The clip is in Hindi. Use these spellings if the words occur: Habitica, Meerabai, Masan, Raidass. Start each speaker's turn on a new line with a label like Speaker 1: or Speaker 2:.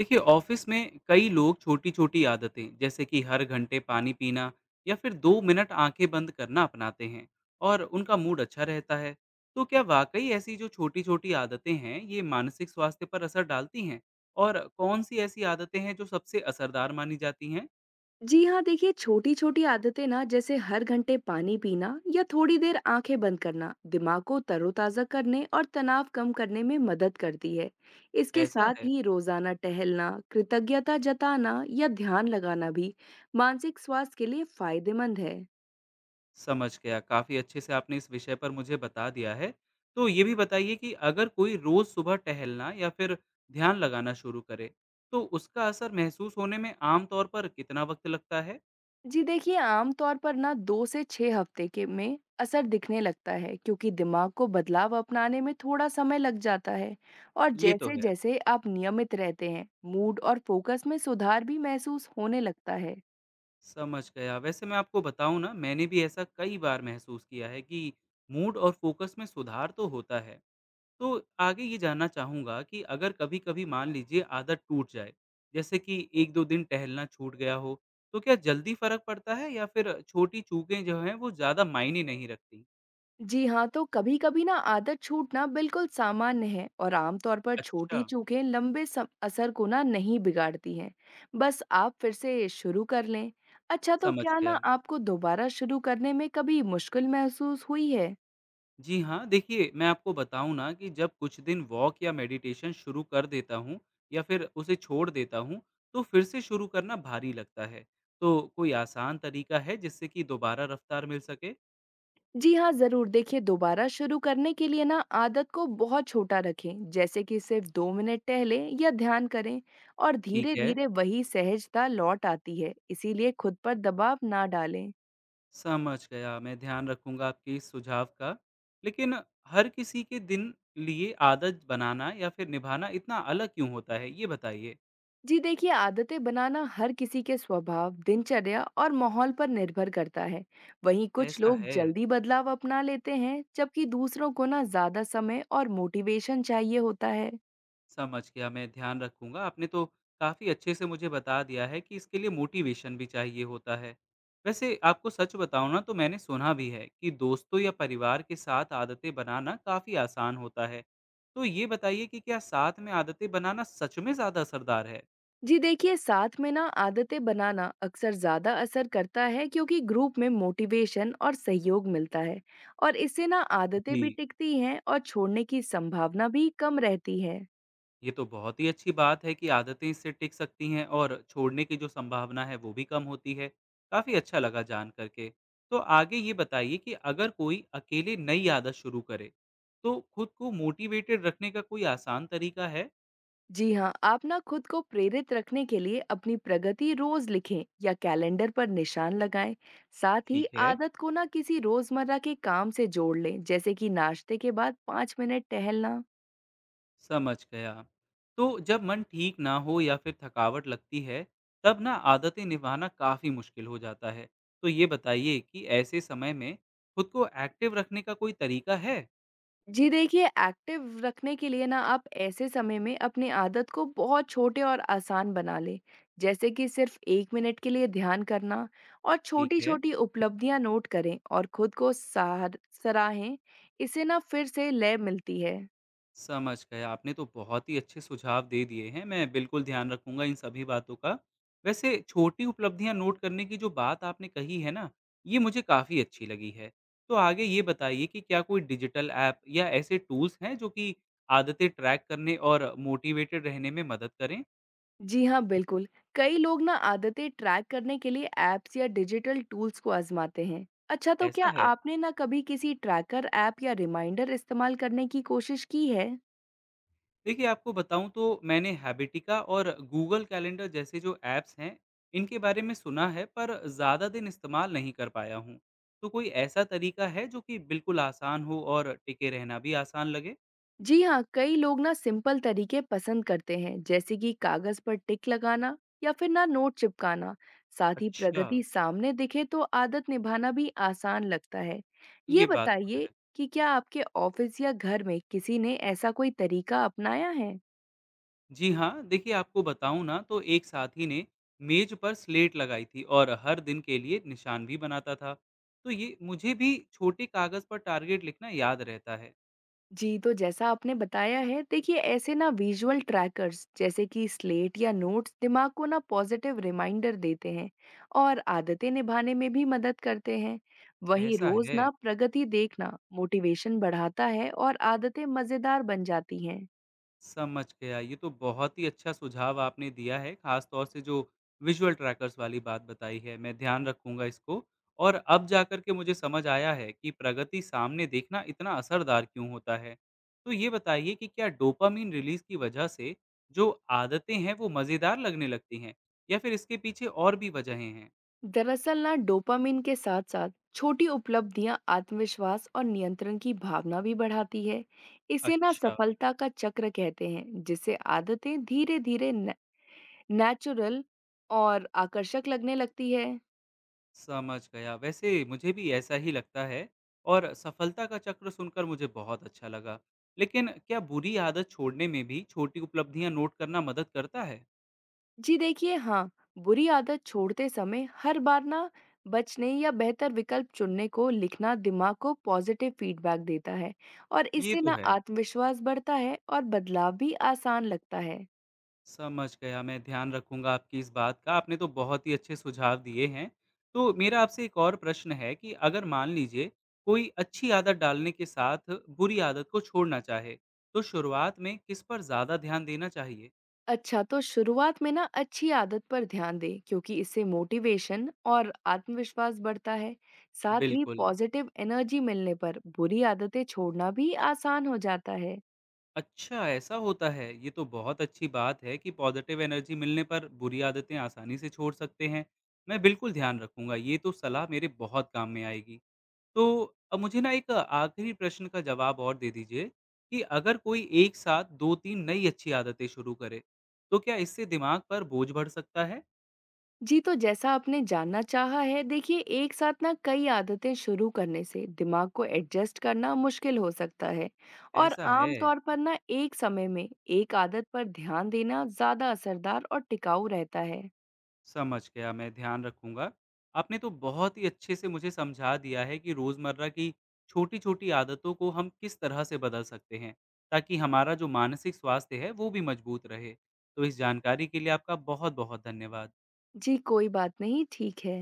Speaker 1: देखिए ऑफिस में कई लोग छोटी छोटी आदतें जैसे कि हर घंटे पानी पीना या फिर 2 मिनट आंखें बंद करना अपनाते हैं और उनका मूड अच्छा रहता है। तो क्या वाकई ऐसी जो छोटी छोटी आदतें हैं ये मानसिक स्वास्थ्य पर असर डालती हैं और कौन सी ऐसी आदतें हैं जो सबसे असरदार मानी जाती हैं?
Speaker 2: जी हाँ देखिए, छोटी छोटी आदतें ना जैसे हर घंटे पानी पीना या थोड़ी देर आंखें बंद करना दिमाग को तरोताजा करने और तनाव कम करने में मदद करती है। इसके
Speaker 1: ऐसा
Speaker 2: साथ
Speaker 1: है।
Speaker 2: ही रोजाना टहलना, कृतज्ञता जताना या ध्यान लगाना भी मानसिक स्वास्थ्य के लिए फायदेमंद है।
Speaker 1: समझ गया। काफ़ी अच्छे से आपने इस विषय पर मुझे बता दिया है। तो ये भी बताइए कि अगर कोई रोज़ सुबह टहलना या फिर ध्यान लगाना शुरू करे, तो उसका असर महसूस होने में आम तौर पर कितना वक़्त लगता है?
Speaker 2: जी देखिए, आम तौर पर ना 2 से 6 हफ्ते के में असर दिखने लगता है, क्योंकि दिमाग को बदलाव अपनाने में थोड़ा समय लग जाता है। और
Speaker 1: ये तो है।
Speaker 2: जैसे-जैसे आप नियमित रहते हैं, मूड और फोकस में सुधार भी महसूस होने लगता है।
Speaker 1: समझ गया। वैसे मैं आपको बताऊँ ना, मैंने भी ऐसा कई बार महसूस किया है कि मूड और फ़ोकस में सुधार तो होता है, तो आगे ये जानना चाहूँगा कि अगर कभी-कभी मान लीजिए आदत टूट जाए, जैसे कि 1-2 दिन टहलना छूट गया हो, तो क्या जल्दी फ़र्क पड़ता है या फिर छोटी चूकें जो हैं वो ज़्यादा मायने नहीं रखतीं?
Speaker 2: जी हाँ, तो कभी-कभी ना आदत छूटना बिल्कुल सामान्य है और आमतौर पर
Speaker 1: अच्छा।
Speaker 2: छोटी चूकें लंबे सम असर को ना नहीं बिगाड़ती हैं। बस आप फिर से शुरू कर लें। अच्छा, तो
Speaker 1: समझ
Speaker 2: क्या ना
Speaker 1: गया।
Speaker 2: आपको दोबारा शुरू करने में कभी मुश्किल महसूस हुई है?
Speaker 1: जी हाँ, देखिए मैं आपको बताऊँ ना कि जब कुछ दिन वॉक या मेडिटेशन शुरू कर देता हूँ या फिर उसे छोड़ देता हूँ, तो फिर से शुरू करना भारी लगता है। तो कोई आसान तरीका है जिससे कि दोबारा रफ़्तार मिल सके?
Speaker 2: जी हाँ, ज़रूर। देखिए, दोबारा शुरू करने के लिए ना आदत को बहुत छोटा रखें, जैसे कि सिर्फ 2 मिनट टहलें या ध्यान करें और
Speaker 1: ठीक है।
Speaker 2: धीरे-धीरे वही सहजता लौट आती है। इसीलिए खुद पर दबाव ना डालें।
Speaker 1: समझ गया, मैं ध्यान रखूँगा आपके इस सुझाव का। लेकिन हर किसी के दिन लिए आदत बनाना या फिर निभाना इतना अलग क्यों होता है, ये बताइए?
Speaker 2: जी देखिए, आदतें बनाना हर किसी के स्वभाव, दिनचर्या और माहौल पर निर्भर करता है। वहीं कुछ
Speaker 1: ऐसा
Speaker 2: लोग
Speaker 1: है,
Speaker 2: जल्दी बदलाव अपना लेते हैं, जबकि दूसरों को ना ज़्यादा समय और मोटिवेशन चाहिए होता है।
Speaker 1: समझ गया, मैं ध्यान रखूँगा। आपने तो काफ़ी अच्छे से मुझे बता दिया है कि इसके लिए मोटिवेशन भी चाहिए होता है। वैसे आपको सच बताऊँ ना, तो मैंने सुना भी है कि दोस्तों या परिवार के साथ आदतें बनाना काफ़ी आसान होता है। तो ये बताइए कि क्या साथ में आदतें बनाना सच में ज़्यादा असरदार है?
Speaker 2: जी देखिए, साथ में ना आदतें बनाना अक्सर ज़्यादा असर करता है, क्योंकि ग्रुप में मोटिवेशन और सहयोग मिलता है और इससे ना आदतें
Speaker 1: जी।
Speaker 2: भी टिकती हैं और छोड़ने की संभावना भी कम रहती है।
Speaker 1: ये तो बहुत ही अच्छी बात है कि आदतें इससे टिक सकती हैं और छोड़ने की जो संभावना है वो भी कम होती है। काफ़ी अच्छा लगा जान करके। तो आगे ये बताइए कि अगर कोई अकेले नई आदत शुरू करे, तो खुद को मोटिवेटेड रखने का कोई आसान तरीका है?
Speaker 2: जी हाँ, आप ना खुद को प्रेरित रखने के लिए अपनी प्रगति रोज लिखें या कैलेंडर पर निशान लगाएं। साथ ही
Speaker 1: ठीक है,
Speaker 2: आदत को ना किसी रोजमर्रा के काम से जोड़ लें, जैसे कि नाश्ते के बाद 5 मिनट टहलना।
Speaker 1: समझ गया। तो जब मन ठीक ना हो या फिर थकावट लगती है, तब ना आदतें निभाना काफ़ी मुश्किल हो जाता है। तो ये बताइए कि ऐसे समय में खुद को एक्टिव रखने का कोई तरीका है?
Speaker 2: जी देखिए, एक्टिव रखने के लिए ना आप ऐसे समय में अपनी आदत को बहुत छोटे और आसान बना लें, जैसे कि सिर्फ 1 मिनट के लिए ध्यान करना और
Speaker 1: ठीक है।
Speaker 2: छोटी-छोटी उपलब्धियां नोट करें और खुद को सार सराहें, इससे ना फिर से लय मिलती है।
Speaker 1: समझ गया, आपने तो बहुत ही अच्छे सुझाव दे दिए हैं, मैं बिल्कुल ध्यान रखूंगा इन सभी बातों का। वैसे छोटी उपलब्धियां नोट करने की जो बात आपने कही है ना, ये मुझे काफ़ी अच्छी लगी है। तो आगे ये बताइए कि क्या कोई डिजिटल ऐप या ऐसे टूल्स हैं जो कि आदतें ट्रैक करने और मोटिवेटेड रहने में मदद करें?
Speaker 2: जी हाँ, बिल्कुल। कई लोग ना आदतें ट्रैक करने के लिए ऐप्स या डिजिटल टूल्स को आजमाते हैं। अच्छा, तो
Speaker 1: ऐसा
Speaker 2: क्या
Speaker 1: है।
Speaker 2: आपने ना कभी किसी ट्रैकर ऐप या रिमाइंडर इस्तेमाल करने की कोशिश की है?
Speaker 1: देखिए, आपको बताऊँ तो मैंने हैबिटिका और गूगल कैलेंडर जैसे जो ऐप्स हैं, इनके बारे में सुना है पर ज़्यादा दिन इस्तेमाल नहीं कर पाया हूँ। तो कोई ऐसा तरीका है जो कि बिल्कुल आसान हो और टिके रहना भी आसान लगे?
Speaker 2: जी हाँ, कई लोग ना सिंपल तरीके पसंद करते हैं, जैसे कि कागज पर टिक लगाना या फिर ना नोट चिपकाना। साथ ही
Speaker 1: अच्छा,
Speaker 2: प्रगति सामने दिखे तो आदत निभाना भी आसान लगता है।
Speaker 1: ये
Speaker 2: ये
Speaker 1: बात तो
Speaker 2: बताइए
Speaker 1: है।
Speaker 2: कि क्या आपके ऑफिस या घर में किसी ने ऐसा कोई तरीका अपनाया है।
Speaker 1: जी हाँ, देखिए आपको बताऊँ ना, तो एक साथी ने मेज़ पर स्लेट लगाई थी और हर दिन के लिए निशान भी बनाता था। तो ये मुझे भी छोटे कागज़ पर टारगेट लिखना याद रहता है।
Speaker 2: जी, तो जैसा आपने बताया है, देखिए ऐसे ना विजुअल ट्रैकर्स जैसे कि स्लेट या नोट्स दिमाग को ना पॉजिटिव रिमाइंडर देते हैं और आदतें निभाने में भी मदद करते हैं। वहीं
Speaker 1: ऐसा
Speaker 2: रोज
Speaker 1: है।
Speaker 2: ना प्रगति देखना मोटिवेशन बढ़ाता है और आदतें मजेदार बन जाती हैं।
Speaker 1: समझ गया। ये तो बहुत ही अच्छा सुझाव आपने दिया है, ख़ास तौर से जो विज़ुअल ट्रैकर्स वाली बात बताई है, मैं ध्यान रखूँगा इसको। और अब जाकर के मुझे समझ आया है कि प्रगति सामने देखना इतना असरदार क्यों होता है। तो ये बताइए कि क्या डोपामाइन रिलीज़ की वजह से जो आदतें हैं, वो मज़ेदार लगने लगती हैं या फिर इसके पीछे और भी वजहें हैं?
Speaker 2: दरअसल ना डोपामिन के साथ साथ छोटी उपलब्धियां आत्मविश्वास और नियंत्रण की भावना भी बढ़ाती है। इसे ना
Speaker 1: अच्छा।
Speaker 2: सफलता का चक्र कहते हैं, जिससे आदतें धीरे-धीरे नेचुरल और आकर्षक लगने लगती है।
Speaker 1: समझ गया। वैसे मुझे भी ऐसा ही लगता है और सफलता का चक्र सुनकर मुझे बहुत अच्छा लगा। लेकिन क्या बुरी आदत छोड़ने में भी छोटी उपलब्धियां नोट करना मदद करता है?
Speaker 2: जी देखिए, हाँ, बुरी आदत छोड़ते समय हर बार ना बचने या बेहतर विकल्प चुनने को लिखना दिमाग को पॉजिटिव फीडबैक देता है और
Speaker 1: ये
Speaker 2: इससे
Speaker 1: तो
Speaker 2: ना
Speaker 1: है।
Speaker 2: आत्मविश्वास बढ़ता है और बदलाव भी आसान लगता है।
Speaker 1: समझ गया, मैं ध्यान रखूंगा आपकी इस बात का। आपने तो बहुत ही अच्छे सुझाव दिए हैं। तो मेरा आपसे एक और प्रश्न है कि अगर मान लीजिए कोई अच्छी आदत डालने के साथ बुरी आदत को छोड़ना चाहे, तो शुरुआत में किस पर ज़्यादा ध्यान देना चाहिए?
Speaker 2: अच्छा, तो शुरुआत में ना अच्छी आदत पर ध्यान दें, क्योंकि इससे मोटिवेशन और आत्मविश्वास बढ़ता है। साथ ही
Speaker 1: बिल्कुल।
Speaker 2: पॉजिटिव एनर्जी मिलने पर बुरी आदतें छोड़ना भी आसान हो जाता है।
Speaker 1: अच्छा, ऐसा होता है। ये तो बहुत अच्छी बात है कि पॉज़िटिव एनर्जी मिलने पर बुरी आदतें आसानी से छोड़ सकते हैं। मैं बिल्कुल ध्यान रखूँगा, ये तो सलाह मेरे बहुत काम में आएगी। तो अब मुझे ना एक आखिरी प्रश्न का जवाब और दे दीजिए कि अगर कोई एक साथ 2-3 नई अच्छी आदतें शुरू करे, तो क्या इससे दिमाग पर बोझ बढ़ सकता है?
Speaker 2: जी, तो जैसा आपने जानना चाहा है, देखिए एक साथ ना कई आदतें शुरू करने से दिमाग को एडजस्ट करना मुश्किल हो सकता है और
Speaker 1: ऐसा है।
Speaker 2: आम तौर पर ना एक समय में एक आदत पर ध्यान देना ज्यादा असरदार और टिकाऊ रहता है।
Speaker 1: समझ गया, मैं ध्यान रखूँगा। आपने तो बहुत ही अच्छे से मुझे समझा दिया है कि रोज़मर्रा की छोटी-छोटी आदतों को हम किस तरह से बदल सकते हैं, ताकि हमारा जो मानसिक स्वास्थ्य है, वो भी मजबूत रहे। तो इस जानकारी के लिए आपका बहुत-बहुत धन्यवाद।
Speaker 2: जी कोई बात नहीं, ठीक है।